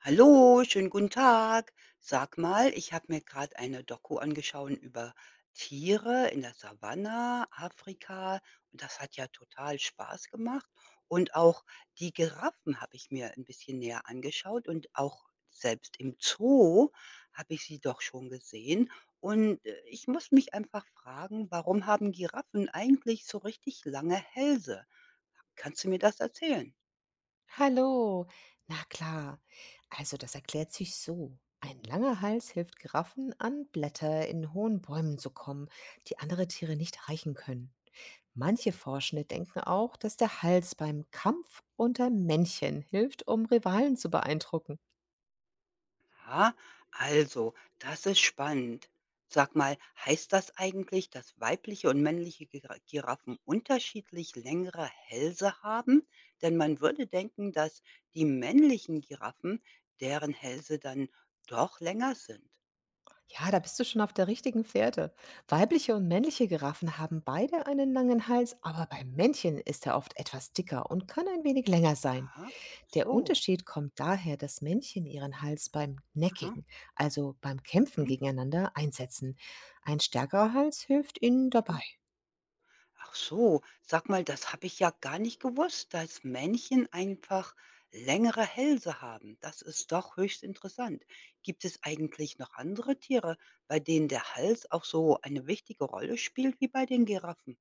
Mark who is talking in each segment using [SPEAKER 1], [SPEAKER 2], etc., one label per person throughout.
[SPEAKER 1] Hallo, schönen guten Tag. Sag mal, ich habe mir gerade eine Doku angeschaut über Tiere in der Savanne, Afrika. Und das hat ja total Spaß gemacht. Und auch die Giraffen habe ich mir ein bisschen näher angeschaut und auch selbst im Zoo habe ich sie doch schon gesehen. Ich muss mich einfach fragen, warum haben Giraffen eigentlich so richtig lange Hälse? Kannst du mir das erzählen?
[SPEAKER 2] Hallo. Na klar. Also das erklärt sich so. Ein langer Hals hilft Giraffen an Blätter in hohen Bäumen zu kommen, die andere Tiere nicht erreichen können. Manche Forschende denken auch, dass der Hals beim Kampf unter Männchen hilft, um Rivalen zu beeindrucken.
[SPEAKER 1] Ja, also, das ist spannend. Sag mal, heißt das eigentlich, dass weibliche und männliche Giraffen unterschiedlich längere Hälse haben? Denn man würde denken, dass die männlichen Giraffen, deren Hälse dann doch länger sind.
[SPEAKER 2] Ja, da bist du schon auf der richtigen Fährte. Weibliche und männliche Giraffen haben beide einen langen Hals, aber beim Männchen ist er oft etwas dicker und kann ein wenig länger sein.
[SPEAKER 1] Aha,
[SPEAKER 2] Der
[SPEAKER 1] so.
[SPEAKER 2] Unterschied kommt daher, dass Männchen ihren Hals beim
[SPEAKER 1] Aha.
[SPEAKER 2] Necking, also beim Kämpfen
[SPEAKER 1] Hm.
[SPEAKER 2] gegeneinander, einsetzen. Ein stärkerer Hals hilft ihnen dabei.
[SPEAKER 1] Ach so, sag mal, das habe ich ja gar nicht gewusst, dass Männchen einfach längere Hälse haben. Das ist doch höchst interessant. Gibt es eigentlich noch andere Tiere, bei denen der Hals auch so eine wichtige Rolle spielt wie bei den Giraffen?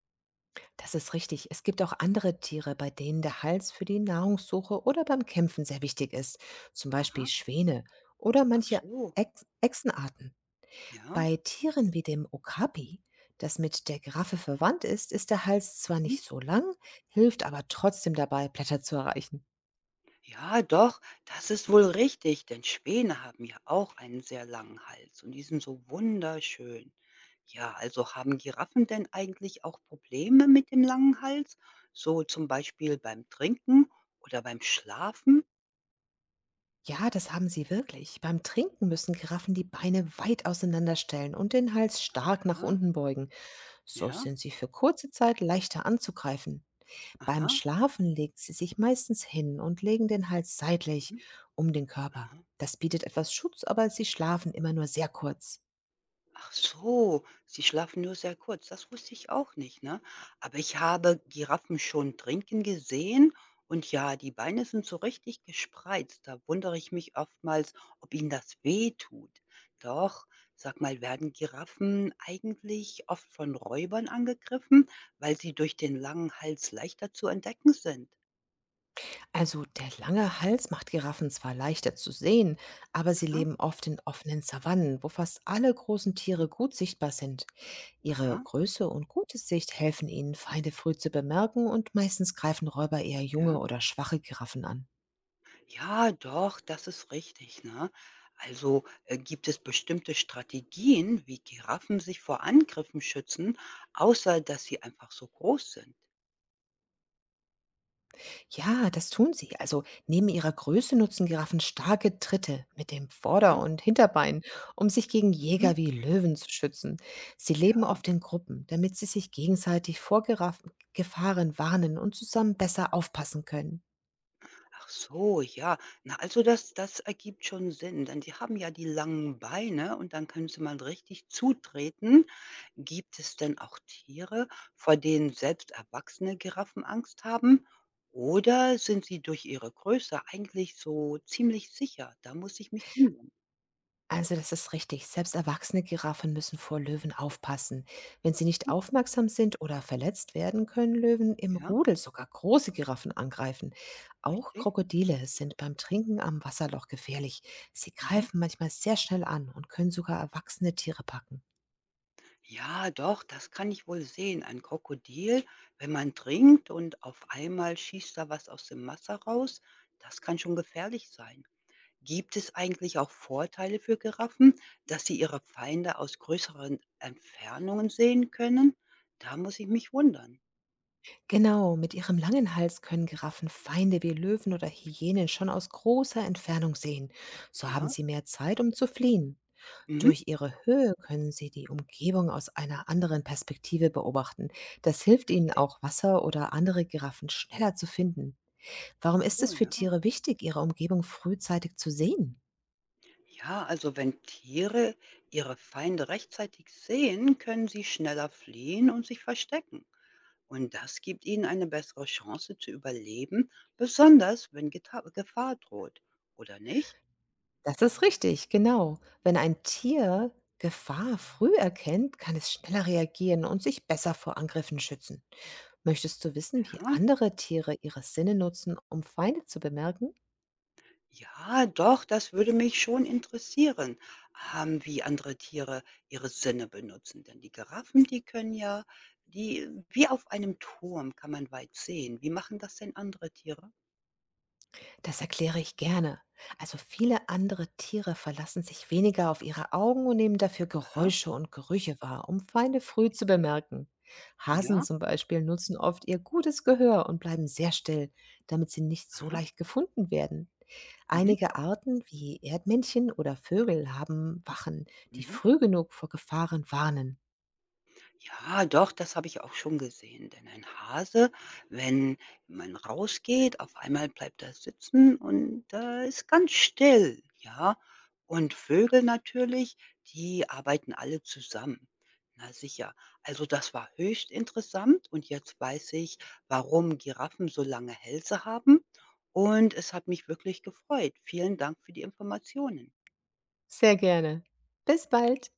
[SPEAKER 2] Das ist richtig. Es gibt auch andere Tiere, bei denen der Hals für die Nahrungssuche oder beim Kämpfen sehr wichtig ist, zum Beispiel
[SPEAKER 1] Aha,
[SPEAKER 2] Schwäne oder
[SPEAKER 1] ach
[SPEAKER 2] manche
[SPEAKER 1] so,
[SPEAKER 2] Ex Echsenarten.
[SPEAKER 1] ja.
[SPEAKER 2] Bei Tieren wie dem Okapi, das mit der Giraffe verwandt ist, ist der Hals zwar
[SPEAKER 1] Mhm.
[SPEAKER 2] nicht so lang, hilft aber trotzdem dabei, Blätter zu erreichen.
[SPEAKER 1] Ja, doch, das ist wohl richtig, denn Späne haben ja auch einen sehr langen Hals und die sind so wunderschön. Ja, also haben Giraffen denn eigentlich auch Probleme mit dem langen Hals? So zum Beispiel beim Trinken oder beim Schlafen?
[SPEAKER 2] Ja, das haben sie wirklich. Beim Trinken müssen Giraffen die Beine weit auseinanderstellen und den Hals stark nach
[SPEAKER 1] Ja,
[SPEAKER 2] unten beugen. So
[SPEAKER 1] ja,
[SPEAKER 2] sind sie für kurze Zeit leichter anzugreifen. Beim
[SPEAKER 1] aha.
[SPEAKER 2] Schlafen legen sie sich meistens hin und legen den Hals seitlich
[SPEAKER 1] Mhm.
[SPEAKER 2] um den Körper. Das bietet etwas Schutz, aber sie schlafen immer nur sehr kurz.
[SPEAKER 1] Ach so, sie schlafen nur sehr kurz. Das wusste ich auch nicht, ne? Aber ich habe Giraffen schon trinken gesehen und ja, die Beine sind so richtig gespreizt. Da wundere ich mich oftmals, ob ihnen das wehtut. Doch, sag mal, werden Giraffen eigentlich oft von Räubern angegriffen, weil sie durch den langen Hals leichter zu entdecken sind?
[SPEAKER 2] Also der lange Hals macht Giraffen zwar leichter zu sehen, aber sie
[SPEAKER 1] Aha,
[SPEAKER 2] leben oft in offenen Savannen, wo fast alle großen Tiere
[SPEAKER 1] mhm,
[SPEAKER 2] gut sichtbar sind. Ihre
[SPEAKER 1] aha,
[SPEAKER 2] Größe und gute Sicht helfen ihnen, Feinde früh zu bemerken, und meistens greifen Räuber eher junge
[SPEAKER 1] ja.
[SPEAKER 2] oder schwache Giraffen an.
[SPEAKER 1] Ja, doch, das ist richtig, ne? Gibt es bestimmte Strategien, wie Giraffen sich vor Angriffen schützen, außer dass sie einfach so groß sind?
[SPEAKER 2] Ja, das tun sie. Also neben ihrer Größe nutzen Giraffen starke Tritte mit dem Vorder-
[SPEAKER 1] Aha,
[SPEAKER 2] und Hinterbein, um sich gegen
[SPEAKER 1] mhm,
[SPEAKER 2] Jäger wie Löwen zu schützen. Sie leben
[SPEAKER 1] ja.
[SPEAKER 2] oft in Gruppen, damit sie sich gegenseitig vor Giraffen Gefahren warnen und zusammen besser aufpassen können.
[SPEAKER 1] Ach so, ja. Na, also das ergibt schon Sinn, denn die haben ja die langen Beine und dann können sie mal richtig zutreten. Gibt es denn auch Tiere, vor denen selbst erwachsene Giraffen Angst haben? Oder sind sie durch ihre Größe eigentlich so ziemlich sicher? Da muss ich mich wundern.
[SPEAKER 2] Also, das ist richtig. Selbst erwachsene Giraffen müssen vor Löwen aufpassen. Wenn sie nicht aufmerksam sind oder verletzt werden, können Löwen im
[SPEAKER 1] Ja,
[SPEAKER 2] Rudel sogar große Giraffen angreifen. Auch
[SPEAKER 1] richtig.
[SPEAKER 2] Krokodile sind beim Trinken am Wasserloch gefährlich. Sie
[SPEAKER 1] Mhm.
[SPEAKER 2] greifen manchmal sehr schnell an und können sogar erwachsene Tiere packen.
[SPEAKER 1] Ja, doch, das kann ich wohl sehen. Ein Krokodil, wenn man trinkt und auf einmal schießt da was aus dem Wasser raus, das kann schon gefährlich sein. Gibt es eigentlich auch Vorteile für Giraffen, dass sie ihre Feinde aus größeren Entfernungen sehen können? Da muss ich mich wundern.
[SPEAKER 2] Genau, mit ihrem langen Hals können Giraffen Feinde wie Löwen oder Hyänen schon aus großer Entfernung sehen. So haben
[SPEAKER 1] Ja,
[SPEAKER 2] sie mehr Zeit, um zu fliehen.
[SPEAKER 1] mhm,
[SPEAKER 2] Durch ihre Höhe können sie die Umgebung aus einer anderen Perspektive beobachten. Das hilft ihnen
[SPEAKER 1] richtig.
[SPEAKER 2] auch, Wasser oder andere Giraffen schneller zu finden. Warum ist
[SPEAKER 1] Oh,
[SPEAKER 2] es für
[SPEAKER 1] ja.
[SPEAKER 2] Tiere wichtig, ihre Umgebung frühzeitig zu sehen?
[SPEAKER 1] Ja, also wenn Tiere ihre Feinde rechtzeitig sehen, können sie schneller fliehen und sich verstecken. Und das gibt ihnen eine bessere Chance zu überleben, besonders wenn Geta Gefahr droht. Oder nicht?
[SPEAKER 2] Das ist richtig, genau. Wenn ein Tier Gefahr früh erkennt, kann es schneller reagieren und sich besser vor Angriffen schützen. Möchtest du wissen, wie
[SPEAKER 1] Ja.
[SPEAKER 2] andere Tiere ihre Sinne nutzen, um Feinde zu bemerken?
[SPEAKER 1] Ja, doch, das würde mich schon interessieren, wie andere Tiere ihre Sinne benutzen. Denn die Giraffen, die können ja die wie auf einem Turm kann man weit sehen. Wie machen das denn andere Tiere?
[SPEAKER 2] Das erkläre ich gerne. Also viele andere Tiere verlassen sich weniger auf ihre Augen und nehmen dafür
[SPEAKER 1] Aha,
[SPEAKER 2] Geräusche und Gerüche wahr, um Feinde früh zu
[SPEAKER 1] richtig.
[SPEAKER 2] bemerken. Hasen
[SPEAKER 1] Ja,
[SPEAKER 2] zum Beispiel nutzen oft ihr gutes Gehör und bleiben sehr still, damit sie nicht so
[SPEAKER 1] aha.
[SPEAKER 2] leicht gefunden werden.
[SPEAKER 1] Mhm,
[SPEAKER 2] Einige Arten wie Erdmännchen oder Vögel haben Wachen, die
[SPEAKER 1] mhm.
[SPEAKER 2] früh genug vor Gefahren warnen.
[SPEAKER 1] Ja, doch, das habe ich auch schon gesehen. Denn ein Hase, wenn man rausgeht, auf einmal bleibt er sitzen und ist ganz still, ja. Und Vögel natürlich, die arbeiten alle zusammen. Na sicher. Also das war höchst interessant und jetzt weiß ich, warum Giraffen so lange Hälse haben. Und es hat mich wirklich gefreut. Vielen Dank für die Informationen.
[SPEAKER 2] Sehr gerne. Bis bald.